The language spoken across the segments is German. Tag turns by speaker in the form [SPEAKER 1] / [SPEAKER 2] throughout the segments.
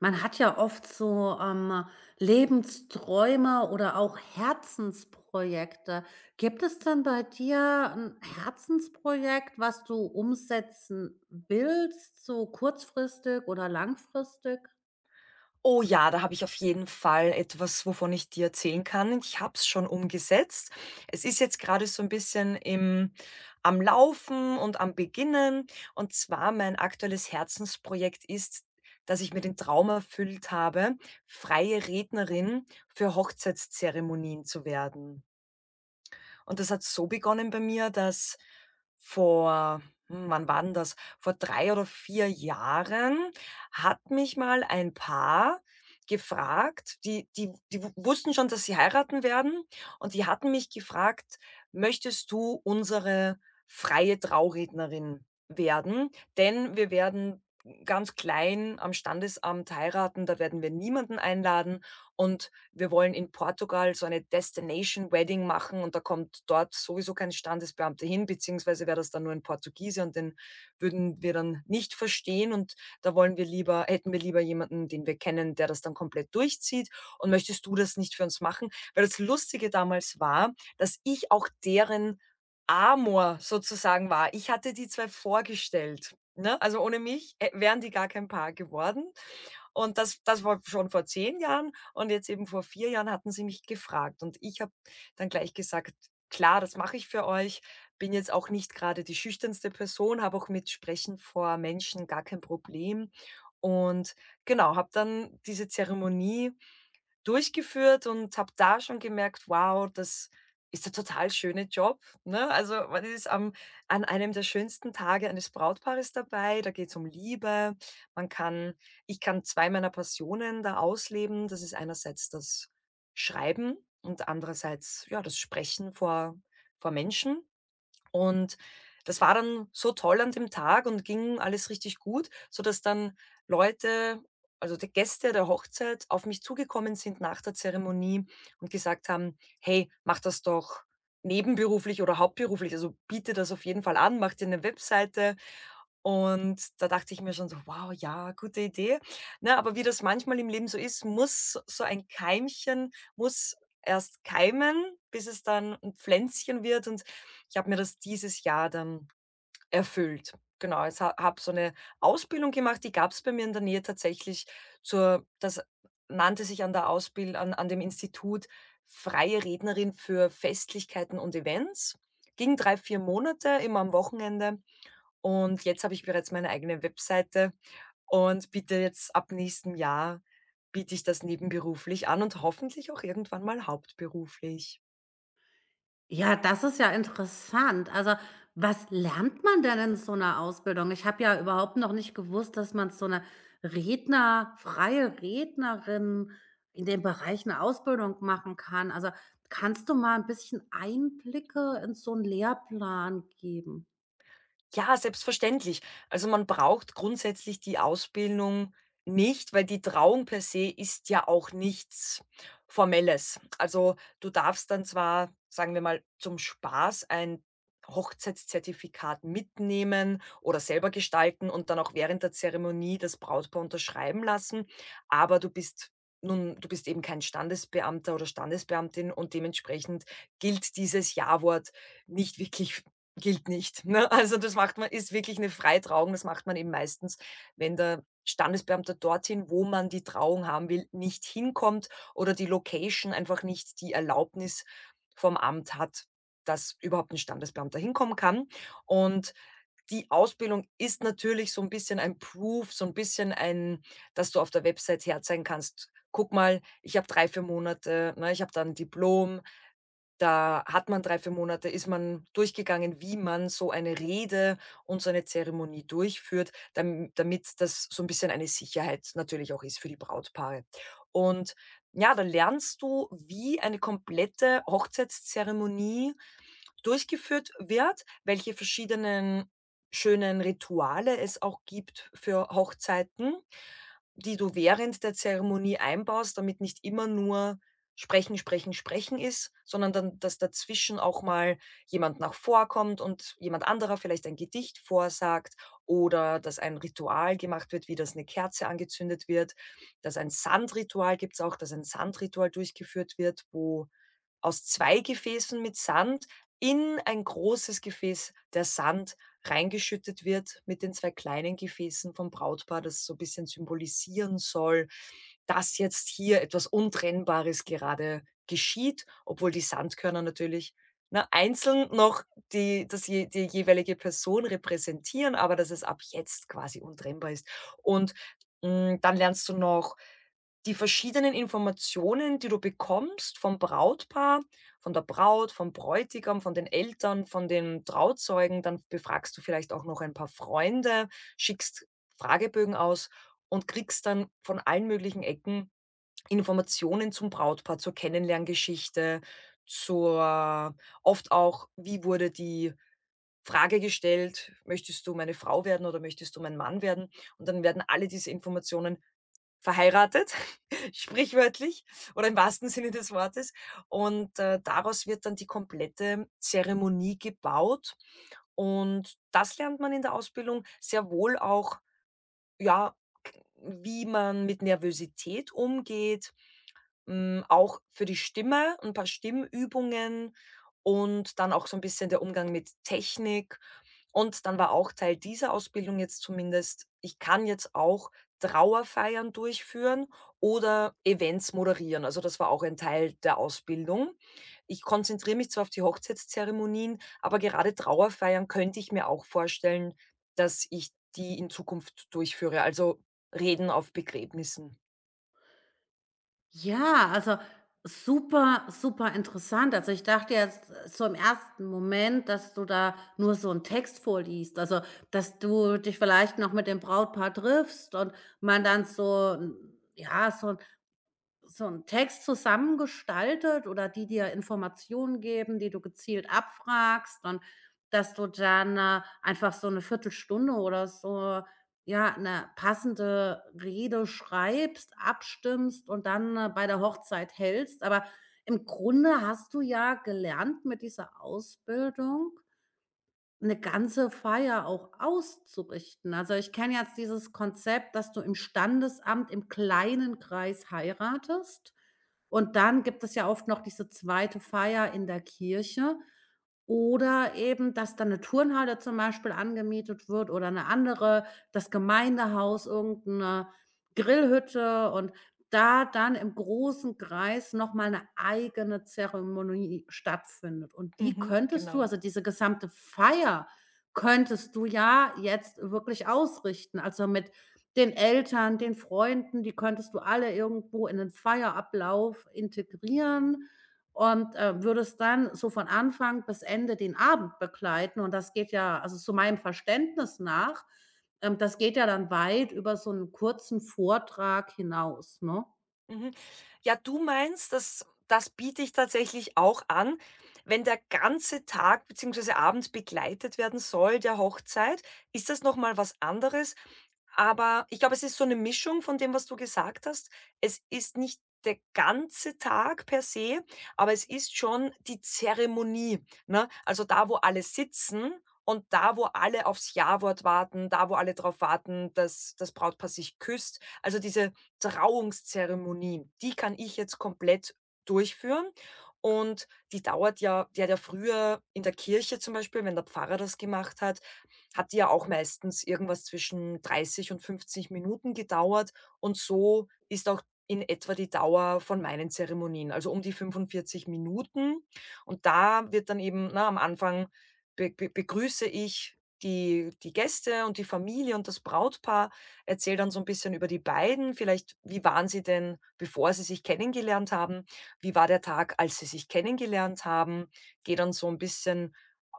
[SPEAKER 1] Man hat ja oft so, Lebensträume oder auch Herzensprojekte. Gibt es denn bei dir ein Herzensprojekt, was du umsetzen willst, so kurzfristig oder langfristig?
[SPEAKER 2] Oh ja, da habe ich auf jeden Fall etwas, wovon ich dir erzählen kann. Ich habe es schon umgesetzt. Es ist jetzt gerade so ein bisschen im am Laufen und am Beginnen. Und zwar mein aktuelles Herzensprojekt ist, dass ich mir den Traum erfüllt habe, freie Rednerin für Hochzeitszeremonien zu werden. Und das hat so begonnen bei mir, dass vor wann war denn das? Vor 3 oder 4 Jahren hat mich mal ein Paar gefragt, die die die w wussten schon, dass sie heiraten werden, und die hatten mich gefragt: „Möchtest du unsere freie Traurednerin werden? Denn wir werden ganz klein am Standesamt heiraten, da werden wir niemanden einladen, und wir wollen in Portugal so eine Destination Wedding machen, und da kommt dort sowieso kein Standesbeamter hin, beziehungsweise wäre das dann nur ein Portugiese, und den würden wir dann nicht verstehen, und da wollen wir lieber hätten wir lieber jemanden, den wir kennen, der das dann komplett durchzieht, und möchtest du das nicht für uns machen?“ Weil das Lustige damals war, dass ich auch deren Amor sozusagen war. Ich hatte die 2 vorgestellt, ne? Also, ohne mich wären die gar kein Paar geworden, und das war schon vor 10 Jahren, und jetzt eben vor 4 Jahren hatten sie mich gefragt, und ich habe dann gleich gesagt: „Klar, das mache ich für euch.“ Bin jetzt auch nicht gerade die schüchternste Person, habe auch mit Sprechen vor Menschen gar kein Problem, und genau, habe dann diese Zeremonie durchgeführt und habe da schon gemerkt: „Wow, das ist der total schöne Job“, ne? Also, man ist am an einem der schönsten Tage eines Brautpaares dabei, da geht's um Liebe. Man kann ich kann 2 meiner Passionen da ausleben. Das ist einerseits das Schreiben und andererseits, ja, das Sprechen vor Menschen. Und das war dann so toll an dem Tag und ging alles richtig gut, sodass dann Leute also die Gäste der Hochzeit auf mich zugekommen sind nach der Zeremonie und gesagt haben: „Hey, mach das doch nebenberuflich oder hauptberuflich. Also, biete das auf jeden Fall an, mach dir 'ne Webseite.“ Und da dachte ich mir schon so: „Wow, ja, gute Idee.“ Ne, aber wie das manchmal im Leben so ist, muss so ein Keimchen muss erst keimen, bis es dann ein Pflänzchen wird, und ich habe mir das dieses Jahr dann erfüllt. Genau, ich habe so eine Ausbildung gemacht, die gab es bei mir in der Nähe tatsächlich zur Das nannte sich an der Ausbild an an dem Institut „Freie Rednerin für Festlichkeiten und Events“. Ging 3 4 Monate, immer am Wochenende. Und jetzt habe ich bereits meine eigene Webseite und biete jetzt ab nächstem Jahr biete ich das nebenberuflich an und hoffentlich auch irgendwann mal hauptberuflich.
[SPEAKER 1] Ja, das ist ja interessant. Also, was lernt man denn in so einer Ausbildung? Ich habe ja überhaupt noch nicht gewusst, dass man so eine Redner freie Rednerin in dem Bereich eine Ausbildung machen kann. Also, kannst du mal ein bisschen Einblicke in so einen Lehrplan geben?
[SPEAKER 2] Ja, selbstverständlich. Also, man braucht grundsätzlich die Ausbildung nicht, weil die Trauung per se ist ja auch nichts Formelles. Also, du darfst dann zwar, sagen wir mal, zum Spaß ein Hochzeitszertifikat mitnehmen oder selber gestalten und dann auch während der Zeremonie das Brautpaar unterschreiben lassen, aber du bist eben kein Standesbeamter oder Standesbeamtin, und dementsprechend gilt dieses Ja-Wort nicht wirklich. Gilt nicht, ne? Also, das macht man ist wirklich eine Freitrauung. Das macht man eben meistens, wenn der Standesbeamte dorthin, wo man die Trauung haben will, nicht hinkommt, oder die Location einfach nicht die Erlaubnis vom Amt hat, dass überhaupt ein Standesbeamter hinkommen kann. Und die Ausbildung ist natürlich so ein bisschen ein Proof, so ein bisschen ein dass du auf der Website herzeigen kannst: „Guck mal, ich habe 3 4 Monate, ne, ich habe da 'n Diplom“, da hat man 3 4 Monate ist man durchgegangen, wie man so eine Rede und so eine Zeremonie durchführt, damit das so 'n bisschen eine Sicherheit natürlich auch ist für die Brautpaare. Und ja, da lernst du, wie eine komplette Hochzeitszeremonie durchgeführt wird, welche verschiedenen schönen Rituale es auch gibt für Hochzeiten, die du während der Zeremonie einbaust, damit nicht immer nur sprechen, sprechen, sprechen ist, sondern dann, dass dazwischen auch mal jemand nach vorkommt und jemand anderer vielleicht ein Gedicht vorsagt oder dass ein Ritual gemacht wird, wie dass eine Kerze angezündet wird, dass ein Sandritual durchgeführt wird, wo aus 2 Gefäßen mit Sand in ein großes Gefäß der Sand reingeschüttet wird mit den 2 kleinen Gefäßen vom Brautpaar, das so ein bisschen symbolisieren soll, dass jetzt hier etwas Untrennbares gerade geschieht, obwohl die Sandkörner natürlich, ne, einzeln noch die das je die jeweilige Person repräsentieren, aber dass es ab jetzt quasi untrennbar ist. Und dann lernst du noch die verschiedenen Informationen, die du bekommst vom Brautpaar, von der Braut, vom Bräutigam, von den Eltern, von den Trauzeugen, dann befragst du vielleicht auch noch ein paar Freunde, schickst Fragebögen aus und kriegst dann von allen möglichen Ecken Informationen zum Brautpaar, zur Kennenlerngeschichte, zur oft auch, wie wurde die Frage gestellt, möchtest du meine Frau werden oder möchtest du mein Mann werden? Und dann werden alle diese Informationen verheiratet, sprichwörtlich oder im wahrsten Sinne des Wortes. Und daraus wird dann die komplette Zeremonie gebaut. Und das lernt man in der Ausbildung sehr wohl auch, ja, wie man mit Nervosität umgeht auch für die Stimme 'n paar Stimmübungen und dann auch so 'n bisschen der Umgang mit Technik. Und dann war auch Teil dieser Ausbildung, jetzt zumindest, ich kann jetzt auch Trauerfeiern durchführen oder Events moderieren. Also, das war auch ein Teil der Ausbildung. Ich konzentriere mich zwar auf die Hochzeitszeremonien, aber gerade Trauerfeiern könnte ich mir auch vorstellen, dass ich die in Zukunft durchführe, also Reden auf Begräbnissen.
[SPEAKER 1] Ja, also super, super interessant. Also ich dachte jetzt so im ersten Moment, dass du da nur so einen Text vorliest, also dass du dich vielleicht noch mit dem Brautpaar triffst und man dann so 'n ja, so so einen Text zusammengestaltet oder die dir Informationen geben, die du gezielt abfragst und dass du dann, einfach so eine Viertelstunde oder so, ja, eine passende Rede schreibst, abstimmst und dann, bei der Hochzeit hältst. Aber im Grunde hast du ja gelernt mit dieser Ausbildung, eine ganze Feier auch auszurichten. Also, ich kenne jetzt dieses Konzept, dass du im Standesamt im kleinen Kreis heiratest und dann gibt es ja oft noch diese zweite Feier in der Kirche oder eben, dass dann eine Turnhalle zum Beispiel angemietet wird oder eine andere, das Gemeindehaus, irgend 'ne Grillhütte und da dann im großen Kreis noch mal 'ne eigene Zeremonie stattfindet. Und die
[SPEAKER 2] Mhm,
[SPEAKER 1] könntest du
[SPEAKER 2] genau.
[SPEAKER 1] also, diese gesamte Feier könntest du ja jetzt wirklich ausrichten. Also, mit den Eltern, den Freunden, die könntest du alle irgendwo in den Feierablauf integrieren und, würdest dann so von Anfang bis Ende den Abend begleiten. Und das geht ja also, zu meinem Verständnis nach das geht ja dann weit über so einen kurzen Vortrag hinaus, ne?
[SPEAKER 2] Mhm. Ja, du meinst, das biete ich tatsächlich auch an. Wenn der ganze Tag beziehungsweise abends begleitet werden soll der Hochzeit, ist das noch mal was anderes. Aber ich glaube, es ist so eine Mischung von dem, was du gesagt hast. Es ist nicht der ganze Tag per se, aber es ist schon die Zeremonie, ne? Also, da, wo alle sitzen, und da, wo alle aufs Ja-Wort warten, da, wo alle darauf warten, dass das Brautpaar sich küsst. Also, diese Trauungszeremonie, die kann ich jetzt komplett durchführen, und die hat ja früher in der Kirche zum Beispiel, wenn der Pfarrer das gemacht hat, hat die ja auch meistens irgendwas zwischen 30 und 50 Minuten gedauert, und so ist auch in etwa die Dauer von meinen Zeremonien, also um die 45 Minuten. Und da wird dann eben, ne, am Anfang be be begrüße ich die Gäste und die Familie und das Brautpaar. Erzähl dann so ein bisschen über die beiden, vielleicht, wie waren sie denn, bevor sie sich kennengelernt haben? Wie war der Tag, als sie sich kennengelernt haben? Gehe dann so ein bisschen,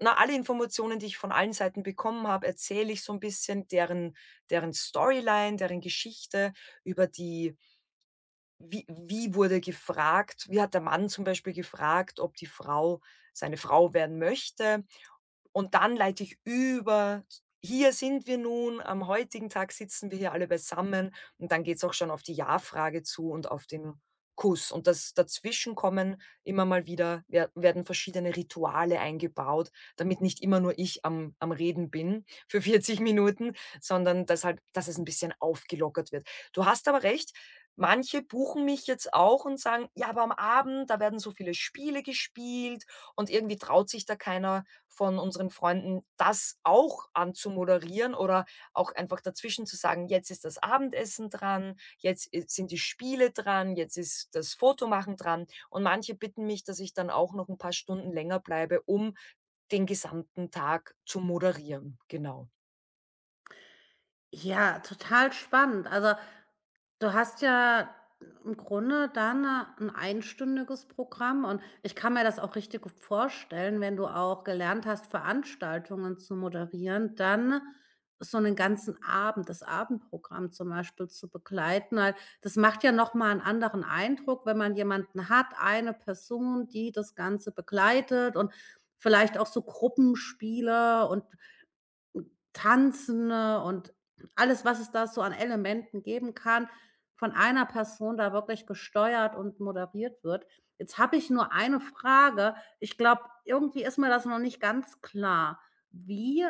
[SPEAKER 2] na, alle Informationen, die ich von allen Seiten bekommen habe, erzähle ich so ein bisschen deren Storyline, deren Geschichte, über die wie wie wurde gefragt wie hat der Mann zum Beispiel gefragt, ob die Frau seine Frau werden möchte? Und dann leite ich über: „Hier sind wir nun, am heutigen Tag sitzen wir hier alle beisammen.“ Und dann geht es auch schon auf die Ja-Frage zu und auf den Kuss. Und das dazwischen kommen immer mal wieder werden verschiedene Rituale eingebaut, damit nicht immer nur ich am Reden bin für 40 Minuten, sondern dass halt dass es ein bisschen aufgelockert wird. Du hast aber recht, manche buchen mich jetzt auch und sagen: „Ja, aber am Abend, da werden so viele Spiele gespielt, und irgendwie traut sich da keiner von unseren Freunden, das auch anzumoderieren oder auch einfach dazwischen zu sagen: ‚Jetzt ist das Abendessen dran, jetzt i sind die Spiele dran, jetzt ist das Fotomachen dran.‘“ Und manche bitten mich, dass ich dann auch noch ein paar Stunden länger bleibe, um den gesamten Tag zu moderieren. Genau.
[SPEAKER 1] Ja, total spannend. Also, du hast ja im Grunde dann ein einstündiges Programm und ich kann mir das auch richtig gut vorstellen, wenn du auch gelernt hast, Veranstaltungen zu moderieren, dann so einen ganzen Abend, das Abendprogramm zum Beispiel zu begleiten, weil das macht ja noch mal 'n anderen Eindruck, wenn man jemanden hat, eine Person, die das Ganze begleitet und vielleicht auch so Gruppenspiele und Tanzen, und alles, was es da so an Elementen geben kann, von einer Person da wirklich gesteuert und moderiert wird. Jetzt habe ich nur eine Frage. Ich glaube, irgendwie ist mir das noch nicht ganz klar. Wie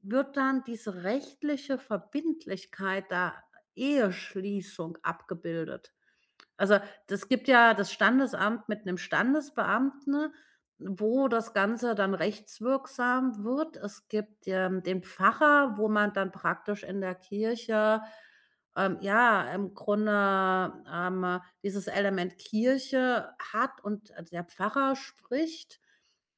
[SPEAKER 1] wird dann diese rechtliche Verbindlichkeit der Eheschließung abgebildet? Also, das gibt ja das Standesamt mit 'nem Standesbeamten, wo das Ganze dann rechtswirksam wird. Es gibt, den Pfarrer, wo man dann praktisch in der Kirche, ja, im Grunde, dieses Element Kirche hat und der Pfarrer spricht.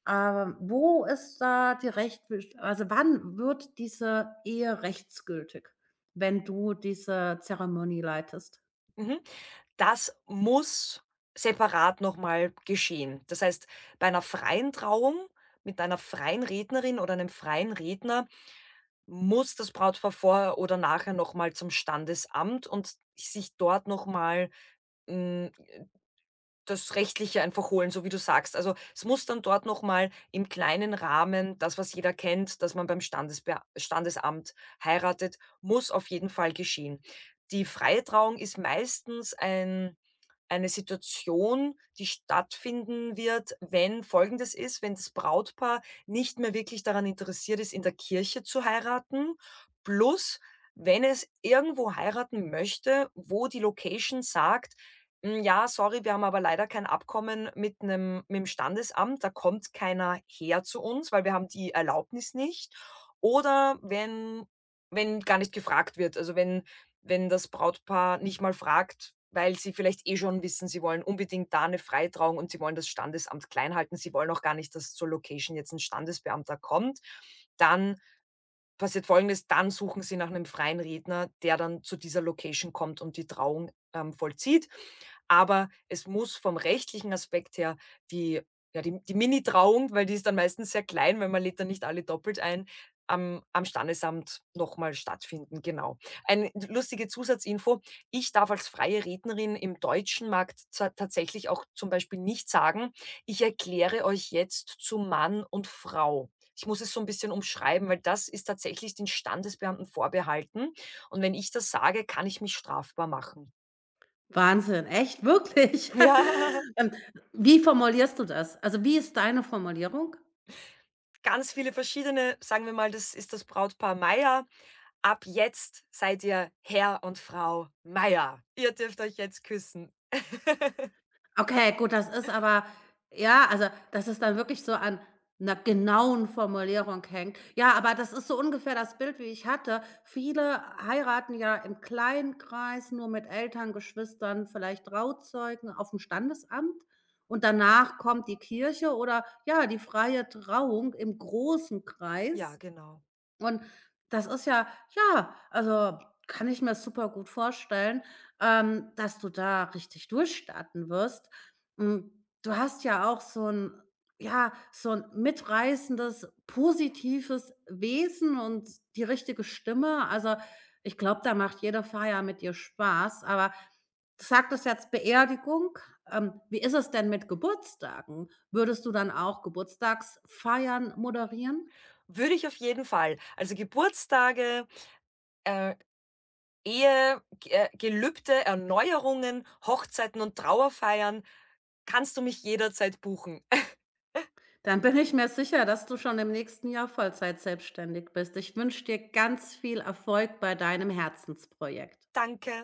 [SPEAKER 1] Wo ist da die Recht also, wann wird diese Ehe rechtsgültig, wenn du diese Zeremonie leitest?
[SPEAKER 2] Mhm. Das muss separat nochmal geschehen. Das heißt, bei einer freien Trauung mit einer freien Rednerin oder einem freien Redner muss das Brautpaar vorher oder nachher nochmal zum Standesamt und sich dort nochmal das Rechtliche einfach holen, so wie du sagst. Also, es muss dann dort noch mal im kleinen Rahmen das, was jeder kennt, dass man beim Standesbea Standesamt heiratet, muss auf jeden Fall geschehen. Die freie Trauung ist meistens eine Situation, die stattfinden wird, wenn Folgendes ist: wenn das Brautpaar nicht mehr wirklich daran interessiert ist, in der Kirche zu heiraten, plus wenn es irgendwo heiraten möchte, wo die Location sagt: „Hm, ja, sorry, wir haben aber leider kein Abkommen mit einem mit 'm Standesamt. Da kommt keiner her zu uns, weil wir haben die Erlaubnis nicht.“ Oder wenn gar nicht gefragt wird, also wenn das Brautpaar nicht mal fragt, weil sie vielleicht eh schon wissen, sie wollen unbedingt da eine Freitrauung, und sie wollen das Standesamt klein halten. Sie wollen auch gar nicht, dass zur Location jetzt ein Standesbeamter kommt. Dann passiert Folgendes: dann suchen sie nach einem freien Redner, der dann zu dieser Location kommt und die Trauung vollzieht. Aber es muss vom rechtlichen Aspekt her die ja, die Mini-Trauung, weil die ist dann meistens sehr klein, weil man lädt dann nicht alle doppelt ein, am Standesamt nochmal stattfinden, genau. Eine lustige Zusatzinfo: Ich darf als freie Rednerin im Deutschen Markt za tatsächlich auch zum Beispiel nicht sagen: „Ich erkläre euch jetzt zu Mann und Frau.“ Ich muss es so ein bisschen umschreiben, weil das ist tatsächlich den Standesbeamten vorbehalten, und wenn ich das sage, kann ich mich strafbar machen.
[SPEAKER 1] Wahnsinn, echt, wirklich?
[SPEAKER 2] Ja,
[SPEAKER 1] Ähm, wie formulierst du das? Also, wie ist deine Formulierung?
[SPEAKER 2] ganz viele verschiedene sagen wir mal, das ist das Brautpaar Meyer. „Ab jetzt seid ihr Herr und Frau Meyer. Ihr dürft euch jetzt küssen.“
[SPEAKER 1] Okay, gut, das ist aber ja, also, dass es dann wirklich so an einer genauen Formulierung hängt. Ja, aber das ist so ungefähr das Bild, wie ich hatte. Viele heiraten ja im kleinen Kreis, nur mit Eltern, Geschwistern, vielleicht Trauzeugen auf dem Standesamt und danach kommt die Kirche oder, ja, die freie Trauung im großen
[SPEAKER 2] Ja,
[SPEAKER 1] Kreis.
[SPEAKER 2] genau.
[SPEAKER 1] Und das ist ja ja, also, kann ich mir super gut vorstellen, dass du da richtig durchstarten wirst. Hm, du hast ja auch so ein, ja, so ein mitreißendes, positives Wesen und die richtige Stimme. Also, ich glaube, da macht jede Feier mit dir Spaß, aber du sagtest jetzt Beerdigung. Wie ist es denn mit Geburtstagen? Würdest du dann auch Geburtstagsfeiern moderieren?
[SPEAKER 2] Würde ich auf jeden Fall. Also, Geburtstage, äh, Ehe, G Gelübde, Erneuerungen, Hochzeiten und Trauerfeiern, kannst du mich jederzeit buchen.
[SPEAKER 1] Dann bin ich mir sicher, dass du schon im nächsten Jahr Vollzeit selbstständig bist. Ich wünsche dir ganz viel Erfolg bei deinem Herzensprojekt.
[SPEAKER 2] Danke.